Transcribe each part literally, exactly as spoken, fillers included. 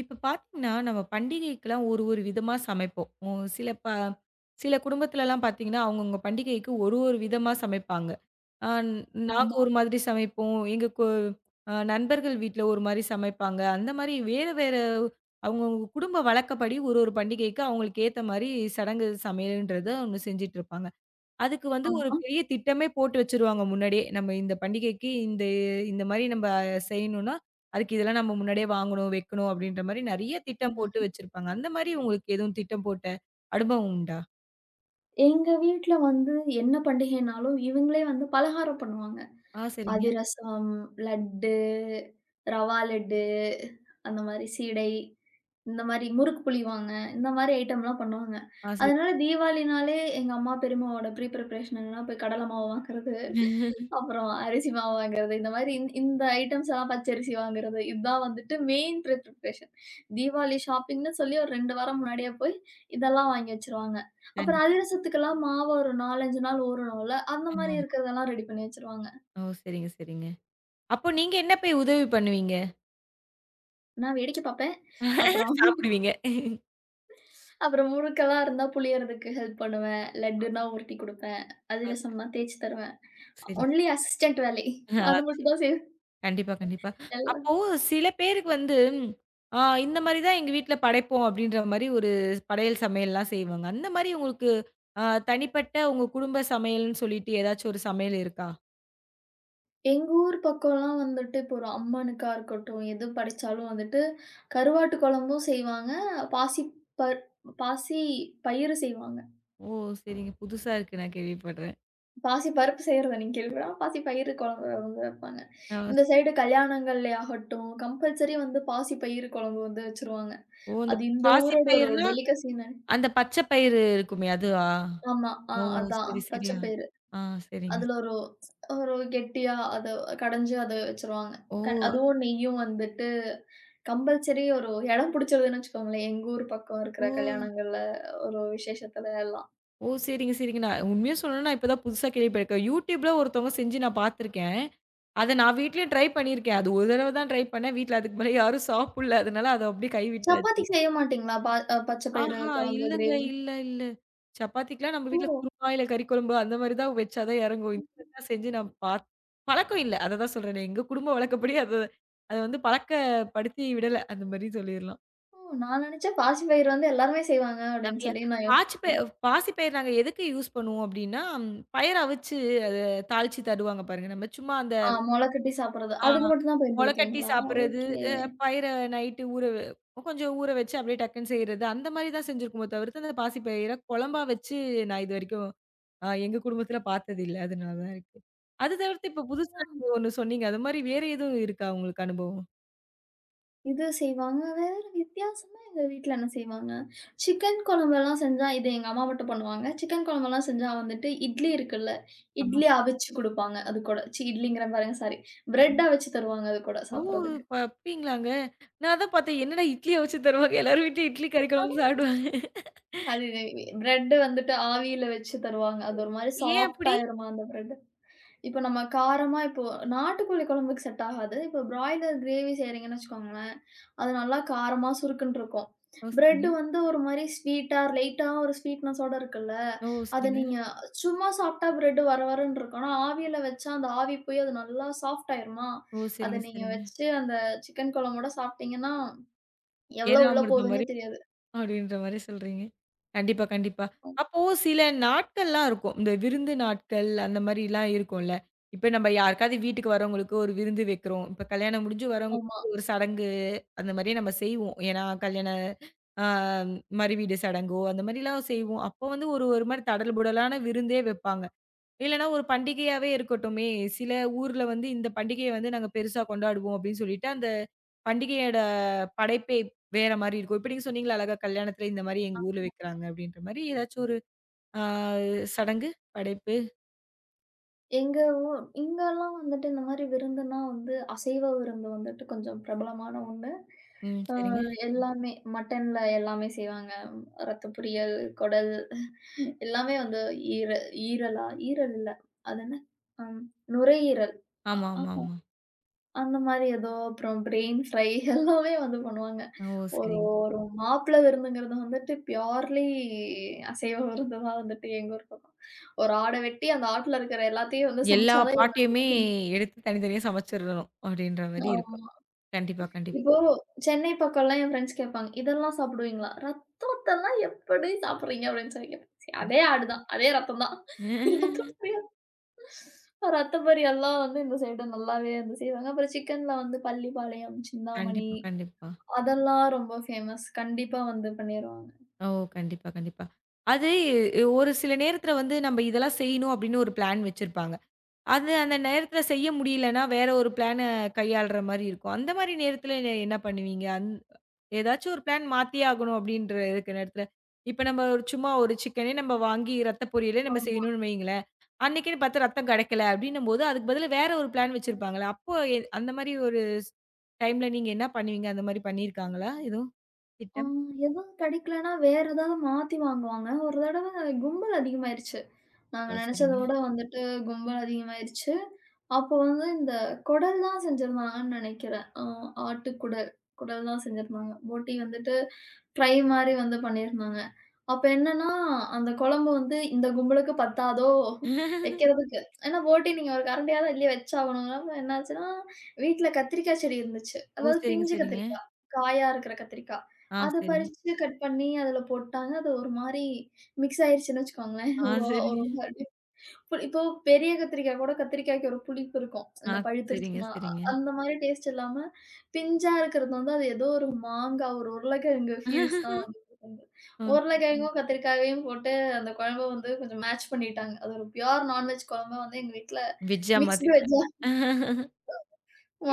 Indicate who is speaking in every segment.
Speaker 1: இப்ப பார்த்தீங்கன்னா, நம்ம பண்டிகைக்குலாம் ஒரு ஒரு விதமா சமைப்போம். ஒ சில ப சில குடும்பத்துலலாம் பார்த்தீங்கன்னா, அவங்கவங்க பண்டிகைக்கு ஒரு ஒரு விதமா சமைப்பாங்க. அ நாங்க
Speaker 2: ஆமா,
Speaker 1: ஒரு மாதிரி சமைப்போம். எங்க கு அ நண்பர்கள் வீட்ல ஒரு மாரி சமைப்பாங்க. அந்த மாரி வேற வேற அவங்கவங்க குடும்ப வழக்கப்படி ஒரு ஒரு பண்டிகைக்கு அவங்களுக்கு ஏத்த மாரி சடங்கு சமையல்ன்றது ஒண்ணு செஞ்சுட்டு இருப்பாங்க. அதுக்கு வந்து ஒரு
Speaker 2: ஆமா.
Speaker 1: பெரிய திட்டமே போட்டு வச்சுருவாங்க முன்னாடியே. நம்ம இந்த பண்டிகைக்கு இந்த இந்த மாரி நம்ம செய்யணும்னா, அதுக்கு இதெல்லாம் நம்ம முன்னாடியே வாங்கணும், வைக்கணும் அப்படின்ற மாரி நெறைய திட்டம்
Speaker 2: ம்.
Speaker 1: போட்டு வச்சிருப்பாங்க. அந்த மாரி உங்களுக்கு எதுவும் திட்டம் போட்ட அனுபவம் உண்டா?
Speaker 2: எங்க வீட்ல வந்து என்ன பண்டிகைனாலும், இவங்களே வந்து பலகாரம் பண்ணுவாங்க.
Speaker 1: ஆ சரிங்க.
Speaker 2: அதிரசம், லட்டு, ரவா லட்டு, அந்த மாரி சீடை, இந்த மாரி முறுக்கு புளிவாங்க. இந்த மாரி ஐட்டம்லாம் பண்ணுவாங்க.
Speaker 1: ஆ சரி.
Speaker 2: அதனால தீபாவளினாலே எங்க அம்மா, பெரியம்மாவோட ப்ரீ ப்ரிப்பரேஷன் என்னன்னா போய் கடல மாவு வாங்குறது, அப்புறம் அரிசி மாவு வாங்குறது, இந்த மாரி இந் இந்த ஐட்டம்ஸ் எல்லாம் பச்சரிசி வாங்குறது. இதுதான் வந்துட்டு மெயின் ப்ரீ ப்ரிப்பரேஷன். தீபாவளி ஷாப்பிங்ன்னு சொல்லி ஒரு ரெண்டு வாரம் முன்னாடியே போய் இதெல்லாம் வாங்கி வச்சுருவாங்க. அப்புறம்
Speaker 1: கண்டிப்பா.
Speaker 2: அதிரசத்துக்கெல்லாம் மாவு ஒரு நாலு, அஞ்சு நாள் ஊறணும்ல, அந்த மாரி
Speaker 1: ஆமாமா.
Speaker 2: இருக்கிறதெல்லாம் ரெடி பண்ணி வச்சுருவாங்க.
Speaker 1: ஓ! சரிங்க, சரிங்க. அப்போ நீங்க என்ன போய் உதவி பண்ணுவீங்க?
Speaker 2: நான் வேடிக்கை பார்ப்பேன். அப்புறம்
Speaker 1: சாப்பிடுவீங்க.
Speaker 2: அப்புறம் முறுக்கெல்லாம் இருந்தா புளியறதுக்கு ஹெல்ப் பண்ணுவேன். லட்டுன்னா உருட்டி குடுப்பேன்.
Speaker 1: ஆ சரி.
Speaker 2: அதிரசம்னா தேய்ச்சு தருவேன்.
Speaker 1: சரி.
Speaker 2: ஒன்லி அசிஸ்டன்ட் வேலை.
Speaker 1: ஆ.
Speaker 2: அது மட்டும் தான் செய்வேன்.
Speaker 1: கண்டிப்பா, கண்டிப்பா. அப்போ
Speaker 2: எல்லாம்
Speaker 1: சில பேருக்கு வந்து, ஆ இந்த மாரி தான் எங்க வீட்ல படைப்போம் அப்டின்ற மாரி ஒரு படையல் சமையல்லாம் செய்வாங்க. அந்த மாரி உங்களுக்கு அ தனிப்பட்ட உங்க குடும்ப சமையல்ன்னு சொல்லிட்டு ஏதாச்சும் ஒரு சமையல் இருக்கா?
Speaker 2: எங்க ஊர் பக்கம்லாம் வந்துட்டு இப்போ ஒரு அம்மனுக்கா இருக்கட்டும், எது படைச்சாலும் வந்துட்டு கருவாட்டு குழம்பும் செய்வாங்க. பாசி பர் பாசி பயிறு செய்வாங்க.
Speaker 1: ஓ! சரிங்க. புதுசா இருக்கு நான் கேள்விப்படுறேன்.
Speaker 2: பாசி பருப்பு செய்றத நீங்க கேள்விப்படலாம். பாசி பயிறு குழம்பு வந்து வைப்பாங்க.
Speaker 1: ஆ
Speaker 2: இந்த சைடு கல்யாணங்கள்லயாகட்டும், கம்பல்சரி வந்து பாசி பயிறு குழம்பு வந்து வச்சுருவாங்க.
Speaker 1: ஓ! அந்த
Speaker 2: அது இந்த
Speaker 1: பாசி
Speaker 2: ஊரோட ஒரு
Speaker 1: பயிர்னா,
Speaker 2: டெலிகசின்னு
Speaker 1: அந்த பச்சை பயிறு இருக்குமே அதுவா?
Speaker 2: ஆமா. ஆ
Speaker 1: ஓ! சரி,
Speaker 2: அதான்
Speaker 1: சரி.
Speaker 2: பச்ச
Speaker 1: ஆ,
Speaker 2: பயிறு.
Speaker 1: ஆ சரிங்க.
Speaker 2: அதுல ஒரு ஒரு கெட்டியா அத கடைஞ்சு அத வச்சுருவாங்க.
Speaker 1: ஓ!
Speaker 2: க அதுவும் நெய்யும் வந்துட்டு கம்பல்சரி ஒரு இடம் புடிச்சிருதுன்னு வச்சுக்கோங்களேன். எங்க ஊர் பக்கம்
Speaker 1: ஓ!
Speaker 2: இருக்கிற கல்யாணங்கள்ல ஒரு விசேஷத்துல எல்லாம்.
Speaker 1: ஓ! சரிங்க, சரிங்க. நான் உண்மைய சொல்லணும்னா, நான் இப்ப தான் புதுசா கேள்விப்பட்டுருக்கேன். YouTubeல ஒருத்தவங்க செஞ்சு நான் பார்த்துருக்கேன். அத நான் வீட்லயும் ட்ரை பண்ணியிருக்கேன். அது ஒரு தடவ தான் ட்ரை பண்ணேன். வீட்ல அதுக்கு மேல யாரும் சாப்புட்ல. அதனால அத அப்படியே கைவிட்டாச்சு.
Speaker 2: சப்பாத்தி செய்ய மாட்டீங்களா? பா அ பச்ச பயிறு
Speaker 1: ஆஹா!
Speaker 2: குழம்பு,
Speaker 1: இல்லங்க.
Speaker 2: கிரேவி.
Speaker 1: இல்ல, இல்ல. சப்பாத்திக்குலாம் நம்ம
Speaker 2: ஓ!
Speaker 1: வீட்ல குருமா, இல்ல கறி குழம்பு அந்த மாரி தான் வச்சா தான் இறங்கும். இன்ஸ்டன்ட்டா செஞ்சு நான் பாத் பழக்கம் இல்ல. அத தான் சொல்றேனே. எங்க குடும்ப வழக்கப்படி அத அத வந்து பழக்கப்படுத்தி விடல. அந்த மாரி சொல்லிர்லாம்.
Speaker 2: ஓ! நான் நினைச்சேன் பாசி பயிறு வந்து எல்லாருமே செய்வாங்க அப்படின்னு
Speaker 1: அப்படியா?
Speaker 2: சொல்லி நான்
Speaker 1: பாச்சி பய
Speaker 2: யோசிச்சேன்.
Speaker 1: பாசிப்பயிறு நாங்க எதுக்கு யூஸ் பண்ணுவோம் அப்படின்னா, பயறு அவிச்சு அத தாளிச்சு தருவாங்க பாருங்க. நம்ம சும்மா அந்த
Speaker 2: ஆ மொள கட்டி சாப்பிடுறது.
Speaker 1: ஆ.
Speaker 2: அதுக்கு மட்டும் தான்
Speaker 1: மொள கட்டி
Speaker 2: பயன்படுத்துவீங்களா?
Speaker 1: சாப்பிடுறது,
Speaker 2: ஓகே.
Speaker 1: அ பயிர நைட்டு ஊற வ கொஞ்சம் ஊற வச்சு அப்படியே டக்குன்னு செய்றது. அந்த மாரி தான் செஞ்சிருக்குமோ தவிர்த்து, அந்த பாசிப்பயிர குழம்பா வச்சு நான் இதுவரைக்கும் அ எங்க குடும்பத்தில பார்த்ததில்ல. அதனால தான் இருக்கு. அது தவிர்த்து இப்ப புதுசா நீங்க ஒண்ணு சொன்னீங்க. அது மாரி வேற எதுவும் இருக்கா உங்களுக்கு அனுபவம்?
Speaker 2: இது செய்வாங்க. வேற வித்தியாசமா எங்க வீட்ல என்ன செய்வாங்க? சிக்கன் குழம்பெல்லாம் செஞ்சா இது எங்க அம்மா மட்டும் பண்ணுவாங்க. சிக்கன் குழம்பெல்லாம் செஞ்சா வந்துட்டு இட்லி இருக்குல்ல,
Speaker 1: ஆமா.
Speaker 2: இட்லி அவிச்சு குடுப்பாங்க அது கூட. ச்சீ இட்லிங்கிறேன் பாருங்க சாரி. பிரெட் அவிச்சு தருவாங்க அது கூட
Speaker 1: ஓ!
Speaker 2: சாப்பிடுறதுக்கு.
Speaker 1: இப்ப அப்படிங்களாங்க. நான் அதான் பார்த்தேன். என்னடா இட்லிய வச்சு தருவாங்க. எல்லாரும் வீட்லயும் இட்லி கறி குழம்பு சாப்பிடுவாங்க.
Speaker 2: அது பிரெட் வந்துட்டு ஆவியில வச்சு தருவாங்க. அது ஒரு மாரி
Speaker 1: ஏன்
Speaker 2: சாஃப்ட்
Speaker 1: அப்படி?
Speaker 2: ஆயிருமா அந்த பிரெட். இப்ப நம்ம காரமா இப்போ நாட்டுக்கோழி குழம்புக்கு செட் ஆகாது. இப்ப பிராய்லர் கிரேவி செய்றீங்கன்னு வச்சுக்கோங்களேன். அது நல்லா காரமா சுருக்குன்னு இருக்கும்.
Speaker 1: ஓ!
Speaker 2: பிரெட்
Speaker 1: சரிங்க.
Speaker 2: வந்து ஒரு மாரி ஸ்வீட்டா, லைட்டா ஒரு ஸ்வீட்னஸோட இருக்குல்ல.
Speaker 1: ஓ!
Speaker 2: அத
Speaker 1: சரிங்க.
Speaker 2: நீங்க சும்மா சாப்பிட்டா பிரெட் வர வரன்னு இருக்கும். ஆனா ஆவியில வச்சா அந்த ஆவி போய் அது நல்லா சாஃப்ட் ஆயிருமா,
Speaker 1: ஓ!
Speaker 2: அத
Speaker 1: சரிங்க,
Speaker 2: நீங்க
Speaker 1: சரிங்க.
Speaker 2: வச்சு அந்த சிக்கன் குழம்போட சாப்பிட்டீங்கன்னா, எவ்வளோ உள்ள
Speaker 1: ஏனாமிருதம்
Speaker 2: போகுதுன்னே
Speaker 1: மாரி.
Speaker 2: தெரியாது.
Speaker 1: அப்படின்ற மாரி சொல்றீங்க. கண்டிப்பா, கண்டிப்பா. அப்போ சில நாட்கள்லாம் இருக்கும். இந்த விருந்து நாட்கள் அந்த மாரிலாம் இருக்கும்ல. இப்ப நம்ம யாருக்காவது வீட்டுக்கு வரவங்களுக்கு ஒரு விருந்து வைக்கிறோம். இப்ப கல்யாணம் முடிஞ்சு
Speaker 2: ஆமா.
Speaker 1: வரவங்களுக்கு ஒரு சடங்கு அந்த மாரியே நம்ம செய்வோம். ஏன்னா கல்யாண ஆ மறுவீடு சடங்கோ அந்த மாரிலாம் செய்வோம். அப்போ வந்து ஒரு ஒரு மாரி தடல் புடலான விருந்தே வைப்பாங்க. இல்லன்னா ஒரு பண்டிகையாவே இருக்கட்டுமே! சில ஊர்ல வந்து இந்த பண்டிகைய வந்து நாங்க பெருசா கொண்டாடுவோம் அப்டின்னு சொல்லிட்டு, அந்த பண்டிகையோட படைப்பே வேற மாரி இருக்கும். இப்ப நீங்க சொன்னீங்கல்ல அழகா கல்யாணத்துல இந்த மாரி எங்க ஊர்ல வைக்கிறாங்க அப்டின்ற மாரி ஏதாச்சும் ஒரு ஆ சடங்கு, படைப்பு.
Speaker 2: எங்க ஊ இங்கலாம் வந்துட்டு இந்த மாரி விருந்துன்னா வந்து அசைவ விருந்து வந்துட்டு கொஞ்சம் பிரபலமான ஒண்ணு.
Speaker 1: ம்.
Speaker 2: அ
Speaker 1: சரிங்க.
Speaker 2: எல்லாமே மட்டன்ல எல்லாமே செய்வாங்க. ரத்த பொரியல், குடல் எல்லாமே வந்து ஈர ஈரலா? ஈரல் இல்ல. அது என்ன? அம் நுரையீரல். அ
Speaker 1: ஆமா, ஆமா,
Speaker 2: ஆஹா
Speaker 1: ஆமா.
Speaker 2: அந்த மாரி ஏதோ அப்புறம் பிரெயின் ஃப்ரை எல்லாமே வந்து பண்ணுவாங்க.
Speaker 1: ஓ!
Speaker 2: ஒரு
Speaker 1: சரிங்க.
Speaker 2: ஒரு மாப்பிள விருந்துங்கிறது வந்துட்டு பியூர்லி அசைவ விருந்து தான் வந்துட்டு எங்க ஊர் பக்கம். ஒரு ஆட வெட்டி அந்த ஆட்டுல இருக்கிற எல்லாத்தையும் வந்து
Speaker 1: எல்லா
Speaker 2: சமைச்சா தான் இவங்க
Speaker 1: பாட்டையுமே
Speaker 2: எல்லாத்தையும்.
Speaker 1: எடுத்து தனித்தனியா சமைச்சிரணும் அப்டின்ற மாரி இருக்கும்.
Speaker 2: ஆமா.
Speaker 1: கண்டிப்பா, கண்டிப்பா.
Speaker 2: இப்போ சென்னை பக்கம்லாம் என் ஃப்ரெண்ட்ஸ் கேட்பாங்க, "இதெல்லாம் சாப்பிடுவீங்களா? ரத்தத்தெல்லாம் எப்படி சாப்பிடுறீங்க?" அப்படின்னு சொல்லி கேட்பாங்க. சரி அதே ஆடு தான். அதே ரத்தம் தான். ரத்த
Speaker 1: ம்.
Speaker 2: பொரியல் ரத்த பொரியல்லாம் வந்து இந்த சைடு நல்லாவே வந்து செய்வாங்க. அப்புறம் சிக்கன்ல வந்து பள்ளிப்பாளையம், சிந்தாமணி
Speaker 1: கண்டிப்பா, கண்டிப்பா.
Speaker 2: அதெல்லாம் ரொம்ப ஃபேமஸ். கண்டிப்பா வந்து பண்ணிருவாங்க.
Speaker 1: ஓ! கண்டிப்பா, கண்டிப்பா. அது எ- ஒரு சில நேரத்தில வந்து நம்ம இதெல்லாம் செய்யணும் அப்படின்னு ஒரு பிளான் வச்சிருப்பாங்க. அது அந்த நேரத்தில செய்ய முடியலன்னா, வேற ஒரு பிளான கையாளுற மாரி இருக்கும். அந்த மாரி நேரத்தில என்ன பண்ணுவீங்க? அந் ஏதாச்சும் ஒரு பிளான் மாத்தியே ஆகணும் அப்படின்ற இருக்கிற நேரத்தில, இப்ப நம்ம ஒரு சும்மா ஒரு சிக்கனே நம்ம வாங்கி ரத்த பொரியலே நம்ம
Speaker 2: ஆமா.
Speaker 1: செய்யணும்னு வையுங்களேன். அன்னைக்குன்னு பார்த்து ரத்தம் கிடைக்கல அப்படின்னும்போது, அதுக்கு பதிலா வேற ஒரு பிளான் வச்சிருப்பாங்கல்ல. அப்போ எ அந்த மாரி ஒரு ஸ் டைம்ல நீங்க என்ன பண்ணுவீங்க? அந்த மாரி பண்ணியிருக்காங்களா எதுவும்
Speaker 2: ஆ
Speaker 1: திட்டம்?
Speaker 2: எதுவும் கிடைக்கலன்னா, வேற ஏதாவது மாத்தி வாங்குவாங்க. ஒரு தடவ கும்பல் அதிகமாயிருச்சு. நாங்க
Speaker 1: ஓ!
Speaker 2: நெனச்சத
Speaker 1: சரிங்க.
Speaker 2: விட வந்துட்டு கும்பல் அதிகமாயிருச்சு. அப்போ வந்து இந்த குடல் தான் செஞ்சிருந்தாங்கன்னு நெனைக்கிறேன். அ ஆட்டுக்குடல், குடல் குடல் தான் செஞ்சிருந்தாங்க. போட்டி வந்துட்டு ஃப்ரை மாரி வந்து பண்ணியிருந்தாங்க. அப்ப என்னன்னா, அந்த குழம்பு வந்து இந்த கும்பலுக்கு பத்தாதோ வைக்கிறதுக்கு. ஏன்னா போட்டி நீங்க ஒரு கரண்டியாவது அள்ளி வச்சாகணும். அப்ப என்னாச்சுன்னா, வீட்ல கத்திரிக்காய் செடி இருந்துச்சு.
Speaker 1: ஓ!
Speaker 2: அதாவது
Speaker 1: சரிங்க,
Speaker 2: பிஞ்சு
Speaker 1: சரிங்க.
Speaker 2: கத்திரிக்காய், காயா இருக்கிற கத்திரிக்காய்.
Speaker 1: ஆ,
Speaker 2: அத
Speaker 1: சரி.
Speaker 2: பறிச்சு கட் பண்ணி அதுல போட்டாங்க. அது ஒரு மாரி மிக்ஸ் ஆயிருச்சுன்னு வச்சுக்கோங்களேன்.
Speaker 1: ஆ,
Speaker 2: ஒரு ஒரு
Speaker 1: சரிங்க.
Speaker 2: மாதிரி புளி இப்போ பெரிய கத்திரிக்காய் கூட கத்திரிக்காய்க்கு ஒரு புளிப்பு இருக்கும்.
Speaker 1: ஆ,
Speaker 2: இந்த
Speaker 1: சரிங்க,
Speaker 2: பழுத்துருச்சுன்னா, அ
Speaker 1: சரிங்க.
Speaker 2: அந்த மாரி டேஸ்ட் இல்லாம, பிஞ்சா இருக்கிறது வந்து அது ஏதோ ஒரு மாங்கா, ஒரு உருளைக்கிழங்கு ஃபியூஸ் தான் வந்து குடுக்குது. ம்.
Speaker 1: ஆ,
Speaker 2: உருளைக்கிழங்கும், கத்திரிக்காயையும் போட்டு அந்த குழம்ப வந்து கொஞ்சம் மேட்ச் பண்ணிட்டாங்க. அது ஒரு பியூர் நான்வெஜ் குழம்பா வந்து எங்க வீட்ல
Speaker 1: வெஜ்ஜா
Speaker 2: மிக்ஸ்டு
Speaker 1: மாத்திட்டேன்.
Speaker 2: வெஜ்ஜா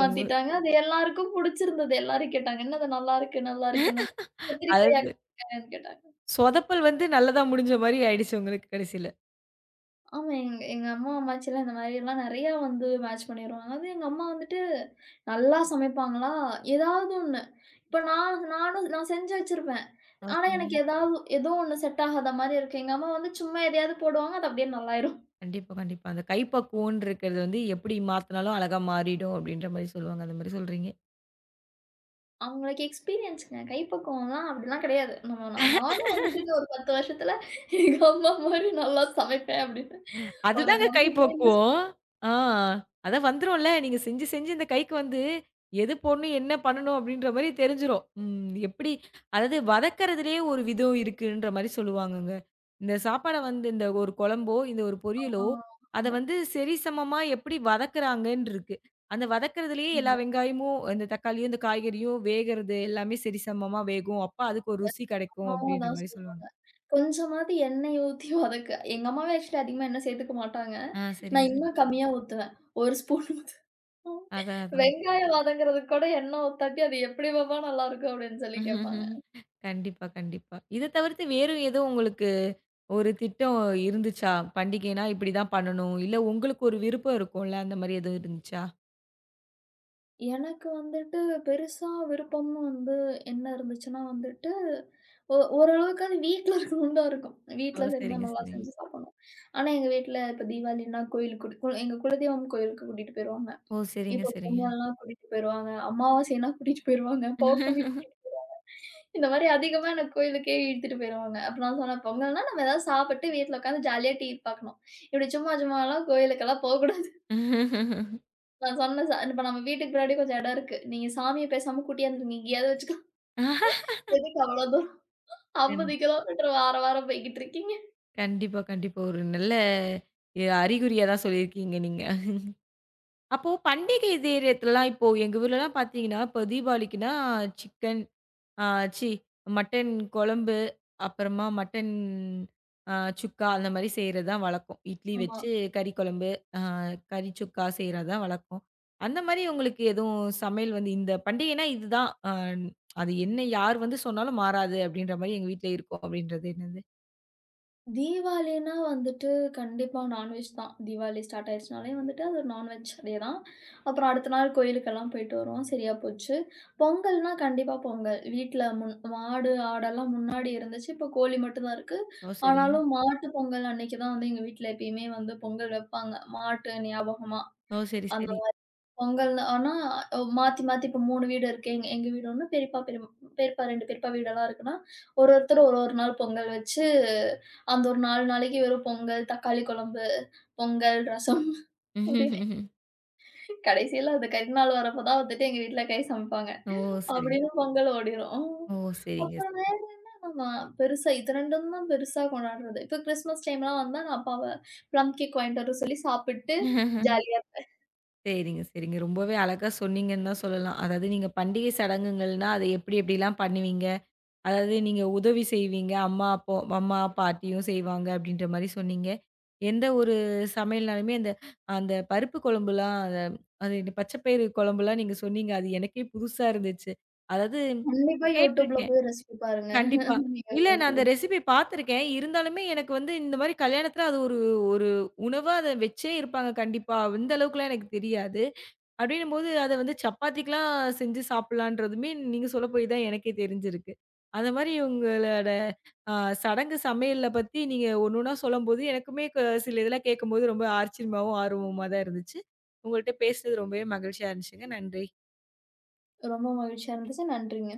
Speaker 1: ரொம்ப
Speaker 2: அது எல்லாருக்கும் புடிச்சிருந்தது. எல்லாரும் கேட்டாங்க. "என்னது நல்லாருக்கு, நல்லாருக்கு, நல் கத்திரிக்காயா,
Speaker 1: அதாவது
Speaker 2: கத்திரிக்காயான்னு" கேட்டாங்க.
Speaker 1: சொதப்பல் வந்து நல்லதா முடிஞ்ச மாரி ஆயிடுச்சு உங்களுக்கு கடைசில.
Speaker 2: ஆமா. எங்க எங்க அம்மா, அம்மாச்சிலாம் இந்த மாரியெல்லாம் நெறையா வந்து மேட்ச் பண்ணிருவாங்க. அதுவும் எங்க அம்மா வந்துட்டு நல்லா சமைப்பாங்களா, ஏதாவது ஒண்ணு. இப்ப நான் நானும் நான் செஞ்சு வச்சிருப்பேன்.
Speaker 1: ஆ,
Speaker 2: ஆனா,
Speaker 1: சரிங்க.
Speaker 2: எனக்கு ஏதாவது ஏதோ ஒண்ணு செட் ஆகாத மாரி இருக்கும். எங்க அம்மா வந்து சும்மா எதையாவது போடுவாங்க, அது அப்படியே நல்லாயிரும்.
Speaker 1: கண்டிப்பா, கண்டிப்பா. அந்த கைப்பக்குவம்ன்னு இருக்கிறது வந்து எப்படி மாத்துனாலும் அழகா மாறிடும் அப்படின்ற மாரி சொல்லுவாங்க. அந்த மாரி சொல்றீங்க.
Speaker 2: அவங்களுக்கு எக்ஸ்பீரியன்ஸ்ங்க. கைப்பக்குவம்லாம் அப்படிலாம் கிடையாது. நம்ம நா நானும் வந்துட்டு இன்னும் ஒரு பத்து வருஷத்துல எங்க அம்மா மாரி நல்லா சமைப்பேன் அப்படின்னு ஒரு
Speaker 1: அதுதாங்க கை
Speaker 2: நம்பிக்கை.
Speaker 1: பக்குவம். ஆ அதான் வந்துரும்ல. நீங்க செஞ்சு, செஞ்சு இந்த கைக்கு வந்து எது போடணும், என்ன பண்ணணும் அப்படின்ற மாரி தெரிஞ்சிரும். ம் எப்படி அதாவது வதக்கறதுலயே ஒரு விதம் இருக்குன்ற மாரி சொல்லுவாங்கங்க. இந்த சாப்பாட வந்து இந்த ஒரு குழம்போ, இந்த ஒரு
Speaker 2: ஆ,
Speaker 1: பொரியலோ, அத
Speaker 2: ஆமா,
Speaker 1: வந்து சரிசமமா எப்படி வதக்குறாங்கன்னு இருக்கு. அந்த வதக்குறதுலயே எல்லா
Speaker 2: ஆமா.
Speaker 1: வெங்காயமும், இந்த தக்காளியும், இந்த காய்கறியும் வேகறது எல்லாமே சரிசமமா வேகும். அப்ப அதுக்கு ஒரு ருசி கெடைக்கும்
Speaker 2: மாமா
Speaker 1: அப்படின்ற
Speaker 2: தான்
Speaker 1: மாரி சொல்லுவாங்க.
Speaker 2: சொல்லுவாங்க. கொஞ்சமாவது எண்ணெய் ஊத்தி வதக்கு. எங்க அம்மாவே ஆக்சுவலி அதிகமா எண்ணெய் சேர்த்துக்க மாட்டாங்க.
Speaker 1: ஆ சரிங்க,
Speaker 2: நான்
Speaker 1: சரி.
Speaker 2: இன்னும் கம்மியா ஊத்துவேன். ஒரு ஸ்பூன் ஊத்துவேன்.
Speaker 1: அதான், அதான்.
Speaker 2: வெங்காயம் வதங்குறதுக்கு கூட எண்ணெய் ஊத்தாட்டி அது எப்படி பாப்பா நல்லாருக்கும் அப்படின்னு சொல்லி கேட்பாங்க.
Speaker 1: கண்டிப்பா, கண்டிப்பா. இத தவிர்த்து வேறு ஏதோ உங்களுக்கு ஒரு திட்டம் இருந்துச்சா? பண்டிகைனா இப்படிதான் பண்ணணும். இல்ல உங்களுக்கு ஒரு விருப்பம் இருக்கும்ல, அந்த மாரி எதுவும் இருந்துச்சா?
Speaker 2: எனக்கு வந்துட்டு பெருசா விருப்பம்னு வந்து என்ன இருந்துச்சுன்னா வந்துட்டு, ஒ ஓரளவுக்காவது வீட்ல இருக்கணும்னு தான் இருக்கும்.
Speaker 1: ஓ!
Speaker 2: வீட்ல செஞ்சா
Speaker 1: சரிங்க,
Speaker 2: நல்லா
Speaker 1: சரிங்க.
Speaker 2: செஞ்சு சாப்பிடணும். ஆனா எங்க வீட்ல இப்ப தீபாவளின்னா கோயிலுக்கு கூட்டி கு- எங்க குலதெய்வம் கோயிலுக்கு கூட்டிட்டு போயிருவாங்க.
Speaker 1: ஓ! சரிங்க,
Speaker 2: இப்ப
Speaker 1: சரிங்க.
Speaker 2: பொங்கல்னா கூட்டிட்டு போயிருவாங்க. அமாவாசைன்னா கூட்டிட்டு போயிருவாங்க. பௌர்ணமி கூட்டிட்டு போயிருவாங்க. இந்த மாரி அதிகமா என்ன கோயிலுக்கே இழுத்துட்டு போயிருவாங்க. அப்ப நான் சொன்னேன், பொங்கல்னா நம்ம ஏதாவது சாப்பிட்டு வீட்ல உட்காந்து ஜாலியா டிவி பார்க்கணும். இப்படி சும்மா சும்மாலாம் கோயிலுக்கெல்லாம் போக்கூடாது. நான் சொன்னேன், ச இப்ப நம்ம வீட்டுக்கு பின்னாடி கொஞ்சம் இடம் இருக்கு. நீங்க சாமிய பேசாம கூட்டியாந்துருங்க. எங்கேயாவது வச்சுக்கோங்க. எதுக்கு அவ்வளோ தூரம் ஐம்பது
Speaker 1: கண்டி
Speaker 2: கிலோமீட்டர் வார வாரம் போய்க்கிட்டு இருக்கீங்க.
Speaker 1: கண்டிப்பா, கண்டிப்பா. ஒரு நல்ல எ அறிகுறியா தான் சொல்லியிருக்கீங்க நீங்க. அப்போ பண்டிகை நேரத்துலலாம் இப்போ எங்க ஊர்லலாம் பார்த்தீங்கன்னா, இப்போ தீபாவளிக்குன்னா சிக்கன் ஆ சி மட்டன் குழம்பு, அப்புறமா மட்டன் அ சுக்கா அந்த மாரி செய்றது தான் வழக்கம். இட்லி
Speaker 2: ஆமா.
Speaker 1: வச்சு கறி குழம்பு, அ கறி சுக்கா செய்றது தான் வழக்கம். அந்த மாரி உங்களுக்கு எதுவும் சமையல் வந்து இந்த பண்டிகைனா இதுதான். அ அது என்ன யார் வந்து சொன்னாலும் மாறாது அப்படின்ற மாரி எங்க வீட்ல இருக்கும் அப்படின்றது என்னது?
Speaker 2: தீபாவளின்னா வந்துட்டு கண்டிப்பா நான்வெஜ் தான். தீபாவளி ஸ்டார்ட் ஆயிருச்சுனாலே வந்துட்டு அது ஒரு நான்வெஜ் டே தான். அப்புறம் அடுத்த நாள் கோயிலுக்கெல்லாம் போயிட்டு வருவோம். சரியா போச்சு. பொங்கல்னா கண்டிப்பா பொங்கல். வீட்ல முன் மாடு, ஆடெல்லாம் முன்னாடி இருந்துச்சு. இப்போ கோழி மட்டும் தான் இருக்கு.
Speaker 1: ஓ! சரிங்க.
Speaker 2: ஆனாலும் மாட்டு பொங்கல் அன்னைக்கு தான் வந்து எங்க வீட்ல எப்பயுமே வந்து பொங்கல் வைப்பாங்க. மாட்டு ஞாபகமா.
Speaker 1: ஓ! சரி,
Speaker 2: அந்த
Speaker 1: சரி.
Speaker 2: பொங்கல்னா ஆனா அ மாத்தி, மாத்தி இப்ப மூணு வீடு இருக்கு. எங்க எங்க வீடு ஒன்று, பெரியப்பா பெரிய பெரியப்பா ரெண்டு பெரியப்பா வீடெல்லாம் இருக்குன்னா, ஒரு ஒருத்தர் ஒரு ஒரு நாள் பொங்கல் வச்சு, அந்த ஒரு நாலு நாளைக்கு வெறும் பொங்கல், தக்காளி குழம்பு, பொங்கல், ரசம் அப்படின்னு
Speaker 1: ம்ஹ்ம்.
Speaker 2: கடைசியில அந்த கறி நாள் வரப்ப தான் வந்துட்டு எங்க வீட்ல கறி சமைப்பாங்க.
Speaker 1: ஓ! சரிங்க.
Speaker 2: அப்படின்னு பொங்கல் ஓடிரும்.
Speaker 1: ஓ! சரிங்க.
Speaker 2: அப்புறம் வேற நம்ம பெருசா இது ரெண்டாம் தான் பெருசா கொண்டாடுறது. இப்ப கிறிஸ்மஸ் டைம்லாம் வந்தா நான் அப்பாவ ப்ளம் கேக் வாங்கிட்டு வர சொல்லி சாப்பிட்டு ஜாலியா
Speaker 1: சரிங்க, சரிங்க. ரொம்பவே அழகா சொன்னீங்கன்னு தான் சொல்லலாம். அதாவது நீங்க பண்டிகை சடங்குகள்னா, அத எப்படி எப்படிலாம் பண்ணுவீங்க? அதாவது நீங்க உதவி செய்வீங்க. அம்மா, அப்போ அம்மா, பாட்டியும் செய்வாங்க அப்படின்ற மாரி சொன்னீங்க. எந்த ஒரு சமையல்னாலுமே அந்த அந்த பருப்பு குழம்புலாம் அத அது பச்சை பயிறு குழம்புலாம் நீங்க சொன்னீங்க. அது எனக்கே புதுசா இருந்துச்சு. அதாவது
Speaker 2: கண்டிப்பா YouTubeல
Speaker 1: கேட்டுருக்கேன்.
Speaker 2: போய் ரெசிபி பாருங்க.
Speaker 1: கண்டிப்பா.
Speaker 2: நீங்க
Speaker 1: இல்ல நான்
Speaker 2: உங்களுக்கு
Speaker 1: அந்த ரெசிபி பார்த்துருக்கேன். இருந்தாலுமே எனக்கு வந்து இந்த மாரி கல்யாணத்துல அது ஒரு ஒரு உணவா அத வச்சே இருப்பாங்க கண்டிப்பா. இந்த அளவுக்குலாம் எனக்கு தெரியாது. அப்டின்னும்போது அத வந்து சப்பாத்திக்கலாம் செஞ்சு சாப்பிடலான்றதுமே நீங்க சொல்ல போய் தான் எனக்கே தெரிஞ்சிருக்கு. அந்த மாரி உங்களோட அ சடங்கு சமையல்ல பத்தி நீங்க ஒண்ணு ஒண்ணா சொல்லும்போது எனக்குமே க சில இதெல்லாம் கேட்கும்போது ரொம்ப ஆச்சரியமாவும், ஆர்வமா தான் இருந்துச்சு. உங்கள்ட்ட பேசுனது ரொம்பவே மகிழ்ச்சியா இருந்துச்சுங்க. நன்றி.
Speaker 2: பிடிச்ச ரொம்ப மகிழ்ச்சியா இருந்துச்சு. நன்றிங்க.